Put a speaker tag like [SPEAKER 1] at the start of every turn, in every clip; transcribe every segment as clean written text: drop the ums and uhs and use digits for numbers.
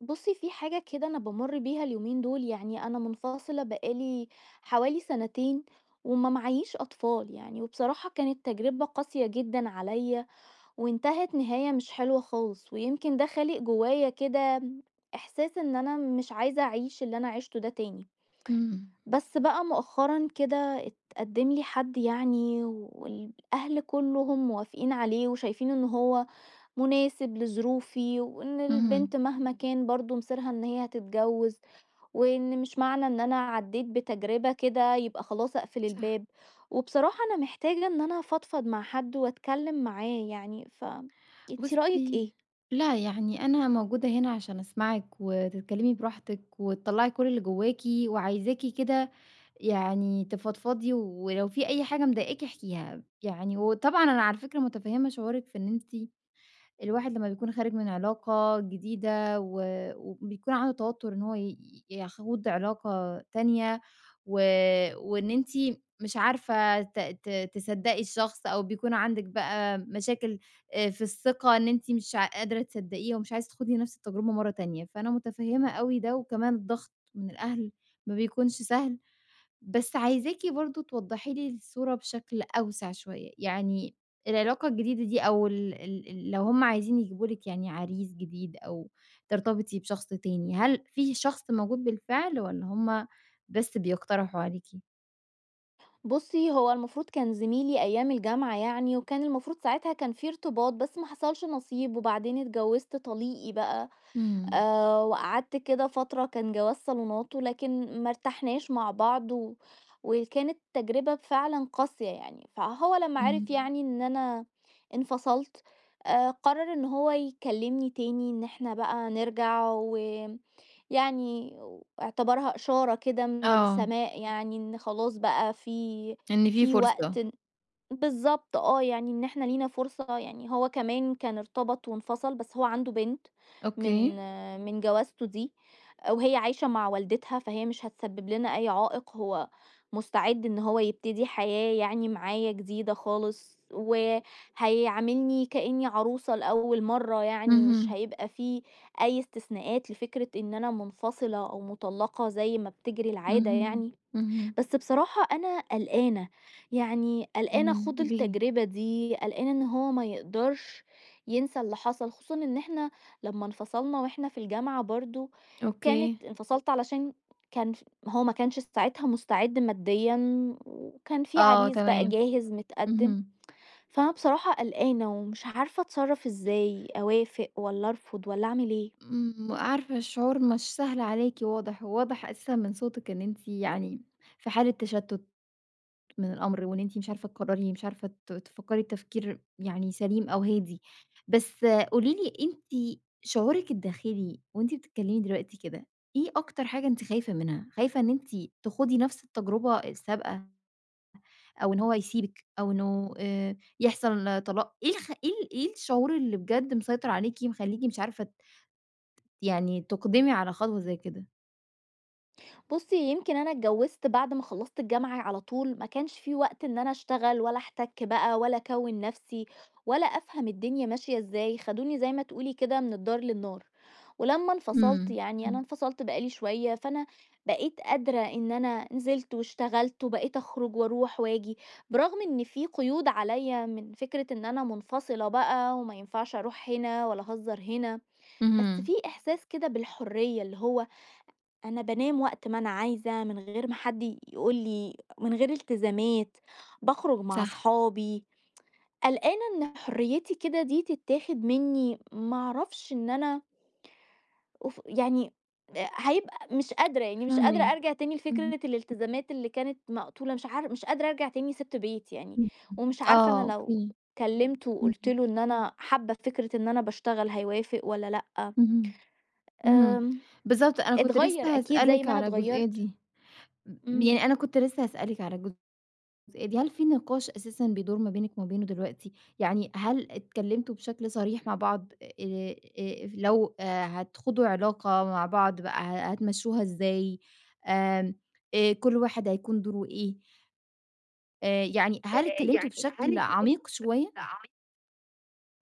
[SPEAKER 1] بُصّي، في حاجة كده أنا بامُر بيها اليومين دول، يعني أنا منفصلة بقى لي حوالي سنتين وما معييش أطفال يعني، وبصراحة كانت تجربة قاسية جدًا عليّا وانتهت نهاية مش حلوة خالص، ويمكن ده خالق جوايا كده إحساس إن أنا مش عايزة أعيش اللي أنا عِشته ده تاني.
[SPEAKER 2] إمم،
[SPEAKER 1] بس بقى مؤخرًا كده اتقدّم لي حد يعني والأهل كُلّهم موافقين عليه وشايفين إن هو مناسب لظروفي، وإن البنت
[SPEAKER 2] اهم.
[SPEAKER 1] مهما كان برضه مصيرها إن هي هتتجوّز، وإن مش معنى إن أنا عدّيت بتجربة كده يبقى خلاص أقفل
[SPEAKER 2] صح.
[SPEAKER 1] الباب، وبصراحة أنا محتاجة إن أنا أفضفض مع حد وأتكلّم معاه يعني، ف أنتِ رأيِك
[SPEAKER 2] بُصّي،
[SPEAKER 1] إيه؟
[SPEAKER 2] لأ، يعني أنا موجودة هنا عشان أسمعِك وتتكلّمي براحتِك وتطلّعي كل اللي جواكِ وعايزاكِ كده يعني تفضفضي ولو في أي حاجة مضايقاكِ احكيها، يعني وطبعًا أنا على فكرة مُتفهِّمة شعورِك في إن أنتِ الواحد لمّا بيكون خارج من علاقة جديدة و وبيكون عنده توتر إن هو يخوض علاقة تانية و وإن أنتِ مش عارفة ت ت تصدّقي الشخص أو بيكون عندِك بقى مشاكل في الثقة إن أنتِ مش قادرة تصدّقيه ومش عايزة تخوضي نفس التجربة مرّة تانية، فأنا متفهّمة أوي ده وكمان الضغط من الأهل ما بيكونش سهل. بس عايزاكِ برضه توضّحي لي الصورة بشكل أوسع شوية، يعني العلاقة الجديدة دي أو ال ال ال لو هُم عايزين يجيبوا لِك يعني عريس جديد أو ترتبطي بشخص تاني، هل في شخص موجود بالفعل والّا هُم بس بيقترحوا عليكِ؟
[SPEAKER 1] بُصّي، هو المفروض كان زميلي أيام الجامعة يعني، وكان المفروض ساعتها كان في ارتباط، بس ما حصلش نصيب، وبعدين اتجوّزت طليقي بقى.
[SPEAKER 2] إمم،
[SPEAKER 1] وقعدت كده فترة كان جواز صالونات ولكن ما ارتحناش مع بعض و وكانت تجربة فعلًا قاسية يعني، فهو لمّا عرف
[SPEAKER 2] إمم،
[SPEAKER 1] يعني إن أنا انفصلت، قرر إن هو يكلمني تاني إن إحنا بقى نرجع ويعني واعتبرها إشارة كده من
[SPEAKER 2] آه،
[SPEAKER 1] السماء يعني إن خلاص بقى في
[SPEAKER 2] إن في
[SPEAKER 1] في
[SPEAKER 2] فرصة،
[SPEAKER 1] وقت بالضبط آه، يعني إن إحنا لينا فرصة يعني هو كمان كان ارتبط وانفصل، بس هو عنده بنت
[SPEAKER 2] أوكي،
[SPEAKER 1] من جوازته دي، وهي عايشة مع والدتها، فهي مش هتسبب لنا أي عائق، هو مستعد إن هو يبتدي حياة يعني معايا جديدة خالص، وهيعاملني كإني عروسة لأول مرة، يعني مش
[SPEAKER 2] اهم،
[SPEAKER 1] هيبقى في أي استثناءات لفكرة إن أنا منفصلة أو مطلقة زي ما بتجري العادة
[SPEAKER 2] اهم،
[SPEAKER 1] يعني.
[SPEAKER 2] اهم،
[SPEAKER 1] بس بصراحة أنا قلقانة، يعني قلقانة خوض
[SPEAKER 2] إمم، ليه؟
[SPEAKER 1] التجربة دي، قلقانة إن هو ما يقدرش ينسى اللي حصل، خصوصًا إن إحنا لمّا انفصلنا وإحنا في الجامعة برضه،
[SPEAKER 2] أوكي،
[SPEAKER 1] كانت انفصلت علشان كان ف هو ما كانش ساعتها مستعد ماديًا، وكان في
[SPEAKER 2] آه،
[SPEAKER 1] عريس بقى
[SPEAKER 2] تمام،
[SPEAKER 1] جاهز متقدم،
[SPEAKER 2] اهم.
[SPEAKER 1] فأنا بصراحة قلقانة ومش عارفة أتصرف إزاي، أوافق والّا أرفض والّا أعمل إيه؟
[SPEAKER 2] عارفة الشعور مش سهل عليكِ واضح، وواضح أساسًا من صوتِك إن أنتِ يعني في حالة تشتُّت من الأمر، وإن أنتِ مش عارفة تقرّري، مش عارفة تفكّري تفكير يعني سليم أو هادي. بس قولي لي أنتِ شعورِك الداخلي وأنتِ بتتكلّمي دلوقتي كده، إيه أكتر حاجة أنتِ خايفة منها؟ خايفة إن أنتِ تخوضي نَفْس التجربة السابقة أو إن هو يسيبِك أو إنه يحصل طلاق؟ إيه الخ إيه ال إيه الشعور اللي بجد مسيطر عليكِ مخلّيكِ مش عارفة يعني تُقدمي على خطوة زي كده؟
[SPEAKER 1] بُصّي، يمكن أنا اتجوّزت بعد ما خلّصت الجامعة على طول، ما كانش في وقت إن أنا أشتغل ولا أحتَك بقى ولا أكوّن نَفْسي ولا أفهم الدنيا ماشية إزاي، خدوني زي ما تقولي كده من الدار للنار. ولمّا انفصلت
[SPEAKER 2] إمم،
[SPEAKER 1] يعني أنا
[SPEAKER 2] إمم،
[SPEAKER 1] انفصلت بقى لي شوية، فأنا بقيت قادرة إن أنا نزلت واشتغلت وبقيت أخرُج وأروح وآجي، برغم إن في قيود عليّا من فكرة إن أنا منفصلة بقى وما ينفعش أروح هنا ولا أهزّر هنا، بس
[SPEAKER 2] اهم،
[SPEAKER 1] في إحساس كده بالحرية اللي هو أنا بانام وقت ما أنا عايزة، من غير ما حد يقول لي، من غير التزامات، باخرج مع
[SPEAKER 2] صح،
[SPEAKER 1] صحابي، قلقانة إن حريتي كده دي تتاخد مني، ما أعرفش إن أنا أف يعني آه، هيبقى مش قادرة، يعني مش قادرة
[SPEAKER 2] فاهماكِ،
[SPEAKER 1] أرجع تاني
[SPEAKER 2] اهم،
[SPEAKER 1] لفكرة الالتزامات اللي كانت مقتولة، مش قادرة أرجع تاني سِبت بيتي يعني،
[SPEAKER 2] إمم،
[SPEAKER 1] ومش عارفة
[SPEAKER 2] آه،
[SPEAKER 1] أنا لو
[SPEAKER 2] أوكي،
[SPEAKER 1] كلمته وقُلت
[SPEAKER 2] اهم،
[SPEAKER 1] له إن أنا حابة فكرة إن أنا باشتغل هيوافق والّا لأ؟
[SPEAKER 2] اهم، اهم،
[SPEAKER 1] آمم،
[SPEAKER 2] بالضبط أنا كنت
[SPEAKER 1] اتغيّر
[SPEAKER 2] لسه
[SPEAKER 1] أكيد زي
[SPEAKER 2] هاسألِك
[SPEAKER 1] ما أنا
[SPEAKER 2] على الجزئية
[SPEAKER 1] اتغيّرت.
[SPEAKER 2] دي.
[SPEAKER 1] إمم.
[SPEAKER 2] يعني أنا كنت لسه هاسألِك على الجزئية دي، هل في نقاش أساسًا بيدور ما بينِك وما بينه دلوقتي؟ يعني هل اتكلمتوا بشكل صريح مع بعض لو هتخوضوا علاقة مع بعض بقى هتمشوها إزاي، آمم، كل واحد هيكون دوره إيه، يعني هل اتكلمتوا
[SPEAKER 1] يعني هل
[SPEAKER 2] بشكل
[SPEAKER 1] اتكلمتِ
[SPEAKER 2] عميق شوية؟
[SPEAKER 1] عملتِ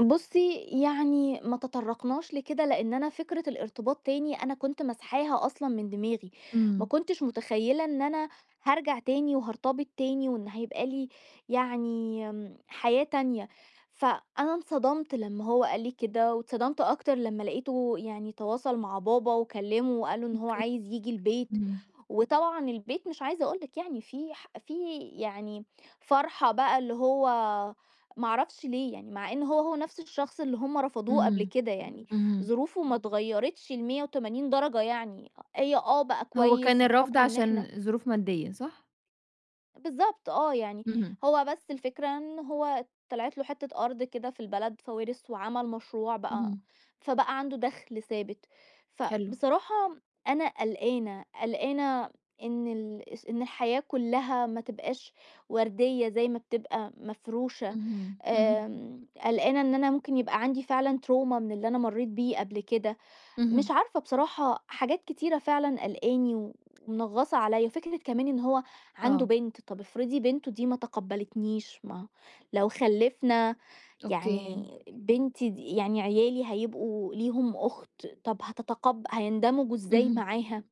[SPEAKER 1] بُصّي، يعني ما تطرّقناش لكده، لإن أنا فكرة الارتباط تاني أنا كنت ماسحاها أصلًا من دماغي، ما
[SPEAKER 2] إمم.
[SPEAKER 1] كنتش متخيّلة إن أنا هارجع تاني وهارتبط تاني وإن هيبقى لي يعني حياة تانية، فأنا انصدمت لمّا هو قال لي كده، واتصدمت أكتر لمّا لقيته يعني تواصل مع بابا وكلّمه وقال له إن هو
[SPEAKER 2] أوكي.
[SPEAKER 1] عايز ييجي البيت،
[SPEAKER 2] اهم.
[SPEAKER 1] وطبعًا البيت مش عايزة أقول لِك يعني في يعني فرحة بقى اللي هو ما اعرفش ليه يعني مع ان هو نفس الشخص اللي هم رفضوه قبل
[SPEAKER 2] اهم.
[SPEAKER 1] كده يعني
[SPEAKER 2] اهم.
[SPEAKER 1] ظروفه ما اتغيرتش ل 180 درجة يعني هي اه بقى
[SPEAKER 2] هو كان
[SPEAKER 1] كويس
[SPEAKER 2] الرفض
[SPEAKER 1] بحكم ان
[SPEAKER 2] عشان
[SPEAKER 1] احنا
[SPEAKER 2] ظروف مادية، صح؟
[SPEAKER 1] بالضبط آه، يعني
[SPEAKER 2] اهم.
[SPEAKER 1] هو بس الفكرة إن هو طلعت له حتّة أرض كده في البلد، فورِث وعمل مشروع بقى،
[SPEAKER 2] اهم.
[SPEAKER 1] فبقى عنده دخل ثابت.
[SPEAKER 2] حلو.
[SPEAKER 1] فبصراحة أنا قلقانة، قلقانة إن ال اس إن الحياة كلّها ما تبقاش وردية زي ما بتبقى مفروشة،
[SPEAKER 2] اهم. اهم.
[SPEAKER 1] قلقانة إن أنا ممكن يبقى عندي فعلًا trauma من اللي أنا مرّيت بيه قبل كده.
[SPEAKER 2] اهم.
[SPEAKER 1] مش عارفة بصراحة حاجات كتيرة فعلًا قلقاني و ومنغّصة عليّا، وفكرة كمان إن هو عنده
[SPEAKER 2] آه.
[SPEAKER 1] بنت، طَب افرضي بنته دي ما تقبّلتنيش، ما لو خلّفنا يعني
[SPEAKER 2] أوكي.
[SPEAKER 1] بنتي دي يعني عيالي هيبقوا ليهم أخت، طَب هيندمجوا إزاي
[SPEAKER 2] اهم.
[SPEAKER 1] معاها؟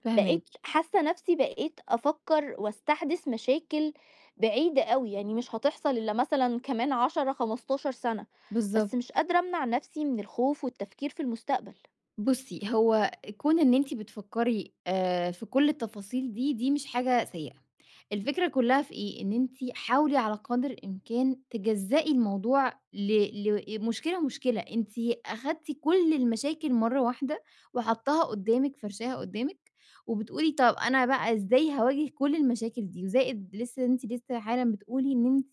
[SPEAKER 2] فاهماكِ.
[SPEAKER 1] بقيت حاسة نَفْسي بقيت أفكّر وأستحدث مشاكل بعيدة أوي، يعني مش هتحصل إلا مثلًا كمان 10، 15 سَنة، بس مش
[SPEAKER 2] بالضبط.
[SPEAKER 1] قادرة أمنع نَفْسي من الخوف والتفكير في المستقبل.
[SPEAKER 2] بُصّي، هو كون إن أنتِ بتفكّري في كل التفاصيل دي، دي مش حاجة سيئة. الفكرة كُلّها في إيه، إن أنتِ حاولي على قدر الإمكان تجزّئي الموضوع لمشكلة، مشكلة. أنتِ أخدتِ كل المشاكل مرّة واحدة وحطّاها قُدّامِك، فارشاها قُدّامِك وبتقولي طَب أنا بقى إزاي هاواجه كل المشاكل دي؟ وزائد لسه أنتِ لسه حالًا بتقولي إن أنتِ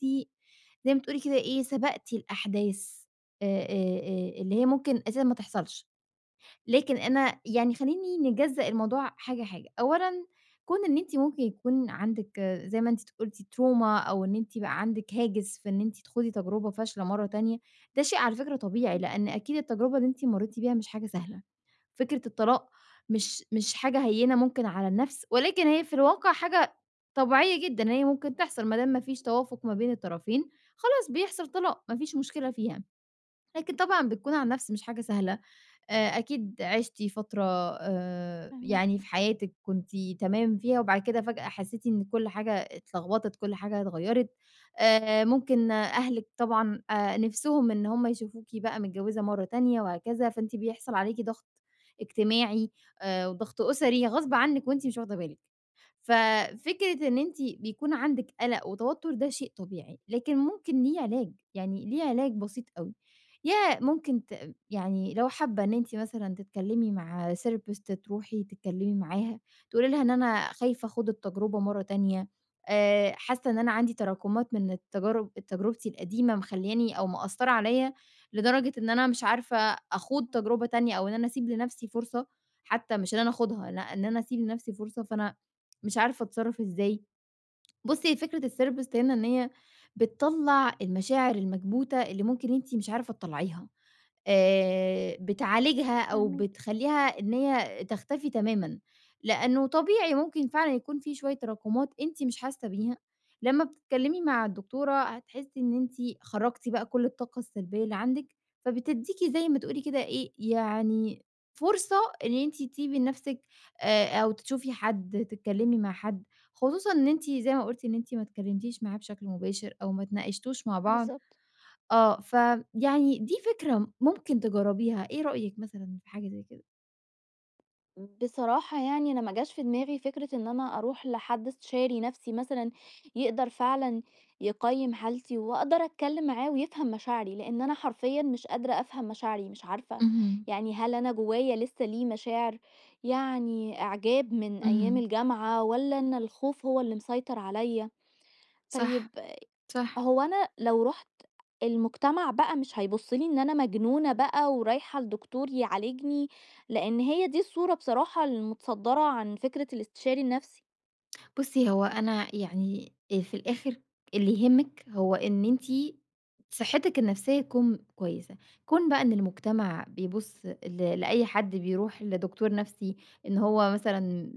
[SPEAKER 2] زي ما بتقولي كده إيه، سبقتِ الأحداث آآ آآ اللي هي ممكن أساسًا ما تحصلش. لكن أنا يعني خلّيني نجزّأ الموضوع حاجة، حاجة. أولًا كون إن أنتِ ممكن يكون عندِك آه، زي ما أنتِ قُلتِ trauma أو إن أنتِ بقى عندِك هاجس في إن أنتِ تخوضي تجربة فاشلة مرّة تانية، ده شيء على فكرة طبيعي، لإن أكيد التجربة اللي أنتِ مرّيتِ بيها مش حاجة سهلة. فكرة الطلاق مش حاجة هيّنة ممكن على النَفْس، ولكن هي في الواقع حاجة طبيعية جدًا، هي ممكن تحصل ما دام ما فيش توافق ما بين الطرفين، خلاص بيحصل طلاق، ما فيش مشكلة فيها. لكن طبعًا بتكون عن نفْس مش حاجة سهلة، أكيد عِشتِ فترة
[SPEAKER 1] فاهماكِ،
[SPEAKER 2] يعني في حياتِك كنتِ تمام فيها وبعد كده فجأة حسّيتِ إن كلّ حاجة اتلخبطت، كلّ حاجة اتغيّرت، ممكن أهلِك طبعًا نِفْسهم إن هُم يشوفوكِ بقى متجوّزة مرّة تانية وهكذا، فأنتِ بيحصل عليكِ ضغط اجتماعي وضغط أسري غصب عنِّك وأنتِ مش واخدة بالِك. ففكرة إن أنتِ بيكون عندِك قلق وتوتر ده شيء طبيعي، لكن ممكن ليه علاج، يعني ليه علاج بسيط أوي، يا ممكن يعني لو حابة إن أنتِ مثلًا تتكلمي مع therapist تروحي تتكلمي معاها، تقولي لها إن أنا خايفة أخوض التجربة مرّة تانية، حاسة إن أنا عندي تراكمات من التجارب تجربتي القديمة مخلّياني أو مأثّرة عليَّ لدرجة إن أنا مش عارفة أخوض تجربة
[SPEAKER 1] إمم.
[SPEAKER 2] تانية أو إن أنا أسيب لنفسي فرصة، حتى مش إن أنا أخوضها لأ، إن أنا أسيب لنفسي فرصة، فأنا مش عارفة أتصرّف إزاي. بُصّي، فكرة الtherapist هنا إن هي بتطلّع المشاعر المكبوتة اللي ممكن أنتِ مش عارفة تطلّعيها. بتعالجها أو
[SPEAKER 1] فاهماكِ،
[SPEAKER 2] بتخلّيها إن هي تختفي تمامًا، لأنه طبيعي ممكن فعلًا يكون في شوية تراكمات أنتِ مش حاسة بيها، لمّا بتتكلمي مع الدكتورة هتحسي إن أنتِ خرّجتِ بقى كل الطاقة السلبية اللي عندِك، فبتدّيكِ زي ما تقولي كده إيه، يعني فرصة إن أنتِ تسيبي لنفسِك أو تشوفي حد، تتكلمي مع حد، خصوصًا إن أنتِ زي ما قُلتِ إن أنتِ ما اتكلمتيش معاه بشكل مباشر أو ما اتناقشتوش مع بعض.
[SPEAKER 1] بالضبط.
[SPEAKER 2] آه، فيعني دي فكرة ممكن تجرّبيها، إيه رأيِك مثلًا في حاجة زي كده؟
[SPEAKER 1] بصراحة يعني أنا ما جاش في دماغي فكرة إن أنا أروح لحد استشاري نفسي مثلًا، يقدر فعلًا يقيّم حالتي وأقدر أتكلّم معاه ويفهم مشاعري، لإن أنا حرفيًا مش قادرة أفهم مشاعري، مش عارفة
[SPEAKER 2] اهم،
[SPEAKER 1] يعني هل أنا جوايا لسه ليه مشاعر يعني إعجاب من أيام
[SPEAKER 2] اهم،
[SPEAKER 1] الجامعة والّا أنا الخوف هو اللي مسيطر عليَّ؟ طيب
[SPEAKER 2] صح، صح.
[SPEAKER 1] هو أنا لو رُحت المجتمع بقى مش هيبُص لي إن أنا مجنونة بقى ورايحة لدكتور يعالجني، لإن هي دي الصورة بصراحة المتصدّرة عن فكرة الاستشاري النفسي.
[SPEAKER 2] بُصّي، هو أنا يعني في الآخر اللي يهمِّك هو إن أنتِ صحتِك النفسية تكون كويسة، كون بقى إن المجتمع بيبُص لأي حد بيروح لدكتور نفسي إن هو مثلًا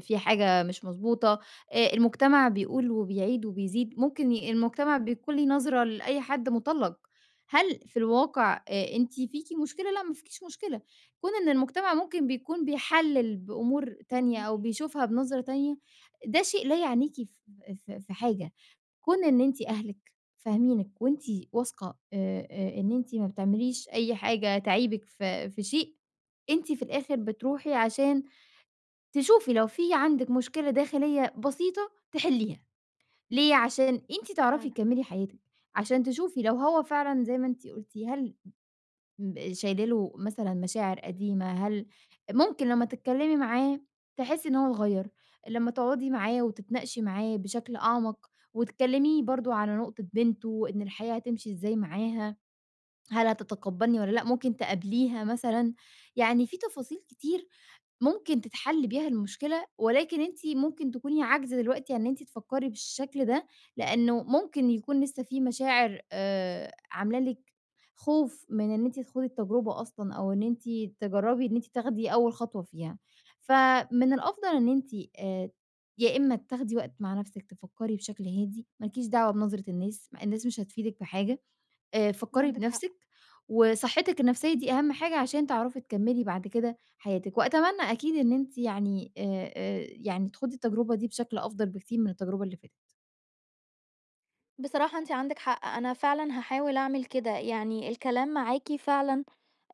[SPEAKER 2] في حاجة مش مضبوطة، المجتمع بيقول وبيعيد وبيزيد، ممكن المجتمع بيكون ليه نظرة لأي حد مطلّق، هل في الواقع أنتِ فيكِ مشكلة؟ لأ، ما فيكيش مشكلة، كون إن المجتمع ممكن بيكون بيحلِّل بأمور تانية
[SPEAKER 1] فاهماكِ،
[SPEAKER 2] أو بيشوفها بنظرة تانية ده شيء لا يعنيكِ ف ف في حاجة، كون إن أنتِ أهلِك فاهمينِك وأنتِ واثقة إن أنتِ ما بتعمليش أي حاجة تعيبِك في شيء، أنتِ في الآخر بتروحي عشان تشوفي لو في عندِك مشكلة داخلية بسيطة تحلّيها، ليه؟ عشان أنتِ تعرفي
[SPEAKER 1] فعلًا
[SPEAKER 2] تكمّلي حياتِك، عشان تشوفي لو هو فعلًا زي ما أنتِ قُلتِ هل شايله له مثلًا مشاعر قديمة، هل ممكن لمّا تتكلّمي معاه تحسّي إن هو اتغيّر، لمّا تقعدي معاه وتتناقشي معاه بشكل أعمق وتكلّميه برضه على نقطة بنته، إن الحياة هتمشي إزاي معاها، هل هتتقبّلني والّا لأ، ممكن تقابليها مثلًا، يعني في تفاصيل كتير ممكن تتحل بيها المشكلة، ولكن أنتِ ممكن تكوني عاجزة دلوقتي عن إن أنتِ تفكّري بالشكل ده، لأنه ممكن يكون لسه في مشاعر عاملة لِك خوف من إن أنتِ تخوضي التجربة أصلًا، أو إن أنتِ تجرّبي إن أنتِ تاخدي أول خطوة فيها. فمن الأفضل إن أنتِ آآ يا إما تاخدي وقت مع نفسِك تفكّري بشكل هادي، ما لكيش دعوة بنظرة الناس، الناس مش هتفيدِك بحاجة. فكّري
[SPEAKER 1] عندِك حق.
[SPEAKER 2] بنَفْسِك، وصحّتِك النَفْسية دي أهم حاجة عشان تعرفي تكمّلي بعد كده حياتِك، وأتمنى أكيد إن أنتِ يعني يعني تخوضي التجربة دي بشكل أفضل بكتير من التجربة اللي فاتت.
[SPEAKER 1] بصراحة أنتِ عندِك حق، أنا فعلًا هاحاول أعمل كده، يعني الكلام معاكِ فعلًا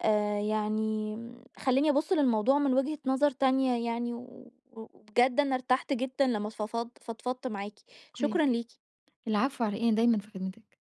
[SPEAKER 1] خلّاني أبُص للموضوع من وجهة نظر تانية يعني و وبجد أنا ارتحت جدًا لمّا فضفضت معاكِ، شكرًا
[SPEAKER 2] كويس.
[SPEAKER 1] ليكِ.
[SPEAKER 2] العفو على إيه، أنا دايمًا في خدمتِك.